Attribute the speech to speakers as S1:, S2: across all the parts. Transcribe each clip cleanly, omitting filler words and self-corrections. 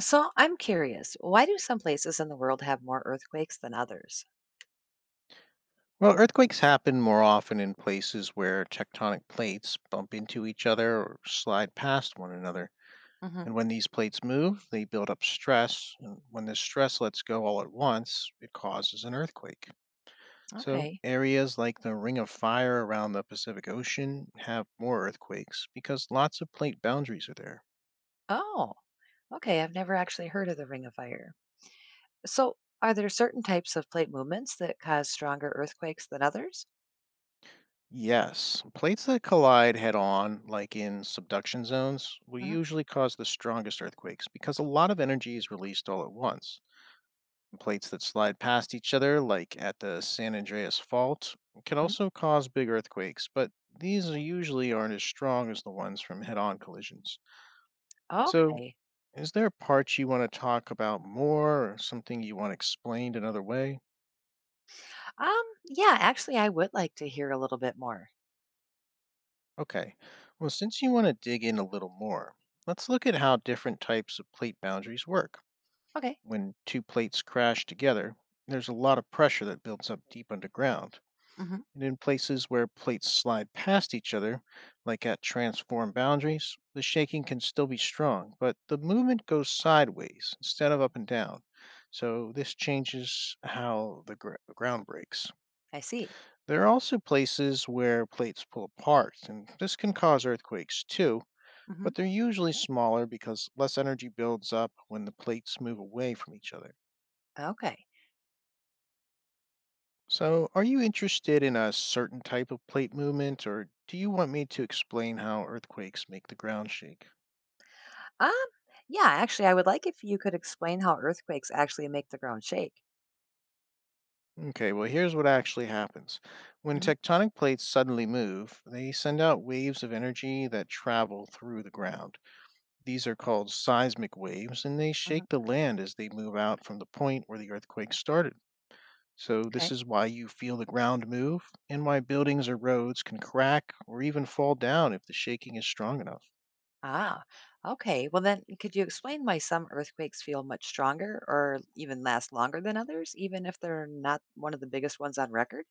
S1: So I'm curious, why do some places in the world have more earthquakes than others?
S2: Well, earthquakes happen more often in places where tectonic plates bump into each other or slide past one another. And
S1: Hmm.
S2: when these plates move, they build up stress. And when this stress lets go all at once, it causes an earthquake. So,
S1: Okay.
S2: areas like the Ring of Fire around the Pacific Ocean have more earthquakes because lots of plate boundaries are there.
S1: Oh, okay. I've never actually heard of the Ring of Fire. So are there certain types of plate movements that cause stronger earthquakes than others?
S2: Yes, plates that collide head on, like in subduction zones, will
S1: Hmm.
S2: usually cause the strongest earthquakes because a lot of energy is released all at once. Plates that slide past each other, like at the San Andreas Fault, can also cause big earthquakes, but these are usually aren't as strong as the ones from head on collisions. So,
S1: Okay.
S2: is there a part you want to talk about more or something you want explained another way?
S1: Yeah, actually, I would like to hear a little bit more.
S2: Okay, well, since you want to dig in a little more, let's look at how different types of plate boundaries work.
S1: Okay.
S2: When two plates crash together, there's a lot of pressure that builds up deep underground.
S1: Hmm.
S2: And in places where plates slide past each other, like at transform boundaries, the shaking can still be strong, but the movement goes sideways instead of up and down. So this changes how the ground breaks.
S1: I see.
S2: There are also places where plates pull apart, and this can cause earthquakes too,
S1: Hmm.
S2: but they're usually smaller because less energy builds up when the plates move away from each other.
S1: Okay.
S2: So, are you interested in a certain type of plate movement, or do you want me to explain how earthquakes make the ground shake?
S1: Um, yeah, actually, I would like if you could explain how earthquakes actually make the ground shake.
S2: Okay, well, here's what actually happens. When
S1: Hmm.
S2: tectonic plates suddenly move, they send out waves of energy that travel through the ground. These are called seismic waves, and they shake
S1: Hmm.
S2: the land as they move out from the point where the earthquake started. So, this
S1: Okay.
S2: is why you feel the ground move, and why buildings or roads can crack or even fall down if the shaking is strong enough.
S1: Ah, okay. Well, then, could you explain why some earthquakes feel much stronger or even last longer than others, even if they're not one of the biggest ones on record?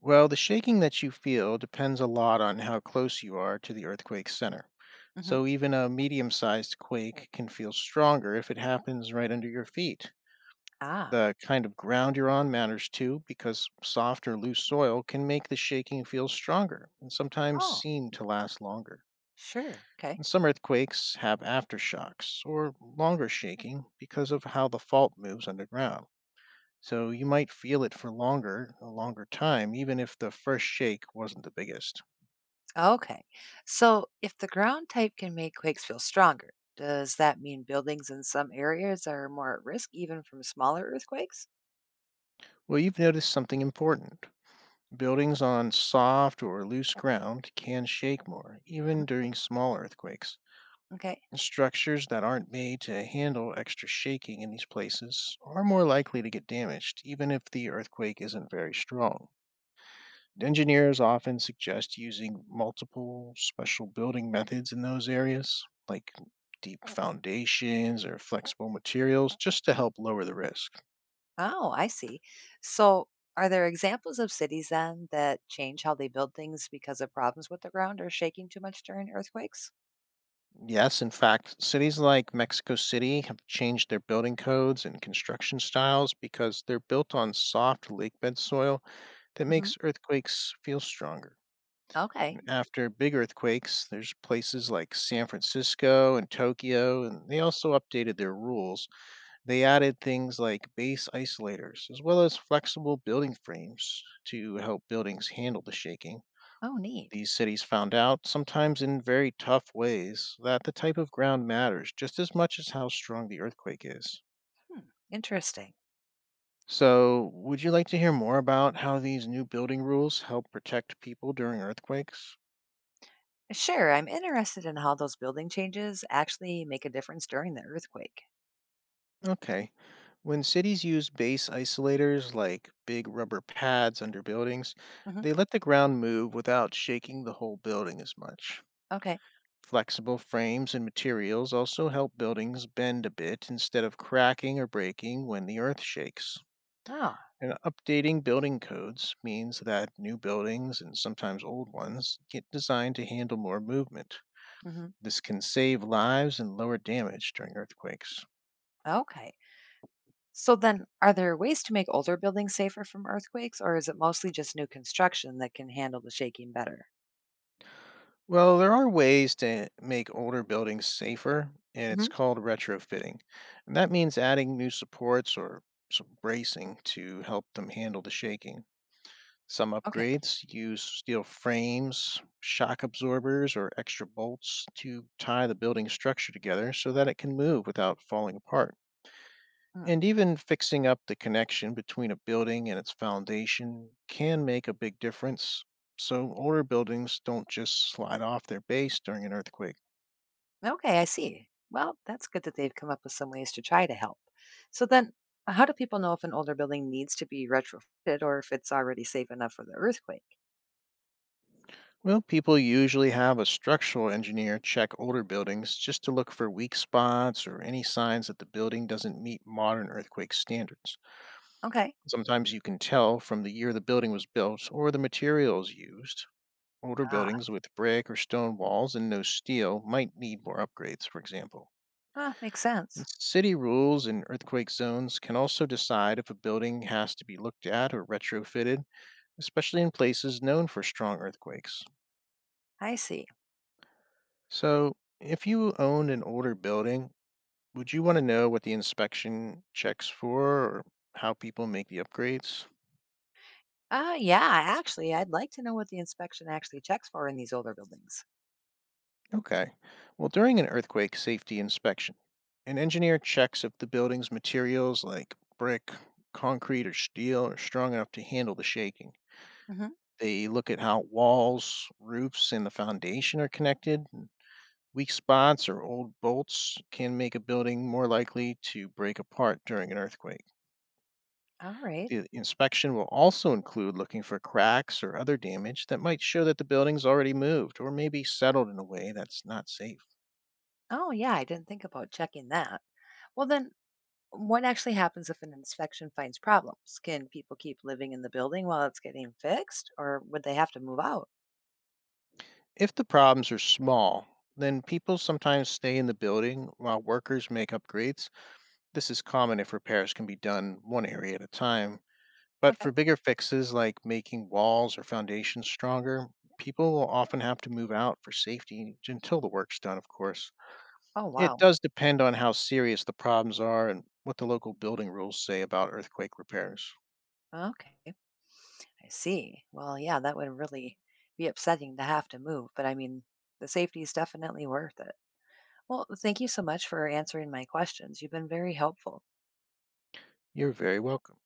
S2: Well, the shaking that you feel depends a lot on how close you are to the earthquake's center.
S1: Hmm.
S2: So, even a medium sized quake can feel stronger if it happens right under your feet.
S1: Ah,
S2: The kind of ground you're on matters too, because soft or loose soil can make the shaking feel stronger and sometimes
S1: oh,
S2: seem to last longer.
S1: sure. Okay.
S2: And some earthquakes have aftershocks or longer shaking because of how the fault moves underground. So you might feel it for longer, a longer time, even if the first shake wasn't the biggest.
S1: Okay. So, if the ground type can make quakes feel stronger, does that mean buildings in some areas are more at risk, even from smaller earthquakes?
S2: Well, you've noticed something important. Buildings on soft or loose ground can shake more, even
S1: Mhm.
S2: during small earthquakes.
S1: Okay.
S2: Structures that aren't made to handle extra shaking in these places are more likely to get damaged, even if the earthquake isn't very strong. Engineers often suggest using multiple special building methods in those areas, like deep foundations or flexible materials, just to help lower the risk.
S1: Oh, I see. So, are there examples of cities then that change how they build things because of problems with the ground or shaking too much during earthquakes?
S2: Yes, in fact, cities like Mexico City have changed their building codes and construction styles because they're built on soft lakebed soil that
S1: Hmm.
S2: makes earthquakes feel stronger.
S1: Okay.
S2: And after big earthquakes, there's places like San Francisco and Tokyo, and they also updated their rules. They added things like base isolators, as well as flexible building frames to help buildings handle the shaking.
S1: Oh, neat.
S2: These cities found out, sometimes in very tough ways, that the type of ground matters just as much as how strong the earthquake is.
S1: Hmm. Interesting.
S2: So, would you like to hear more about how these new building rules help protect people during earthquakes?
S1: Sure, I'm interested in how those building changes actually make a difference during the earthquake.
S2: Okay. When cities use base isolators like big rubber pads under buildings,
S1: Hmm.
S2: they let the ground move without shaking the whole building as much.
S1: Okay.
S2: Flexible frames and materials also help buildings bend a bit instead of cracking or breaking when the earth shakes.
S1: Oh,
S2: And updating building codes means that new buildings and sometimes old ones get designed to handle more movement.
S1: hmm,
S2: This can save lives and lower damage during earthquakes.
S1: okay. So then, are there ways to make older buildings safer from earthquakes, or is it mostly just new construction that can handle the shaking better?
S2: Well, there are ways to make older buildings safer, and it's
S1: Hmm.
S2: called retrofitting. And that means adding new supports or some bracing to help them handle the shaking. Some
S1: Okay.
S2: upgrades use steel frames, shock absorbers, or extra bolts to tie the building structure together so that it can move without falling apart. And even fixing up the connection between a building and its foundation can make a big difference. So, older buildings don't just slide off their base during an earthquake.
S1: Okay, I see. Well, that's good that they've come up with some ways to try to help. So then, how do people know if an older building needs to be retrofitted or if it's already safe enough for the earthquake?
S2: Well, people usually have a structural engineer check older buildings just to look for weak spots or any signs that the building doesn't meet modern earthquake standards.
S1: Okay.
S2: Sometimes you can tell from the year the building was built or the materials used. Older
S1: Ah,
S2: buildings with brick or stone walls and no steel might need more upgrades, for example.
S1: huh, makes sense.
S2: And city rules and earthquake zones can also decide if a building has to be looked at or retrofitted, especially in places known for strong earthquakes.
S1: I see.
S2: So, if you owned an older building, would you want to know what the inspection checks for or how people make the upgrades?
S1: Ah, yeah, actually, I'd like to know what the inspection actually checks for in these older buildings.
S2: Okay. Well, during an earthquake safety inspection, an engineer checks if the building's materials like brick, concrete, or steel are strong enough to handle the shaking.
S1: Mm-hmm.
S2: They look at how walls, roofs, and the foundation are connected. And weak spots or old bolts can make a building more likely to break apart during an earthquake.
S1: All right.
S2: The inspection will also include looking for cracks or other damage that might show that the building's already moved or maybe settled in a way that's not safe.
S1: Oh, yeah, I didn't think about checking that. Well, then, what actually happens if an inspection finds problems? Can people keep living in the building while it's getting fixed, or would they have to move out?
S2: If the problems are small, then people sometimes stay in the building while workers make upgrades. This is common if repairs can be done one area at a time. But
S1: Okay.
S2: for bigger fixes like making walls or foundations stronger, people will often have to move out for safety until the work's done, of course.
S1: Oh,
S2: It
S1: wow.
S2: does depend on how serious the problems are and what the local building rules say about earthquake repairs.
S1: Okay. I see. Well, yeah, that would really be upsetting to have to move, but I mean, the safety is definitely worth it. Well, thank you so much for answering my questions. You've been very helpful.
S2: You're very welcome.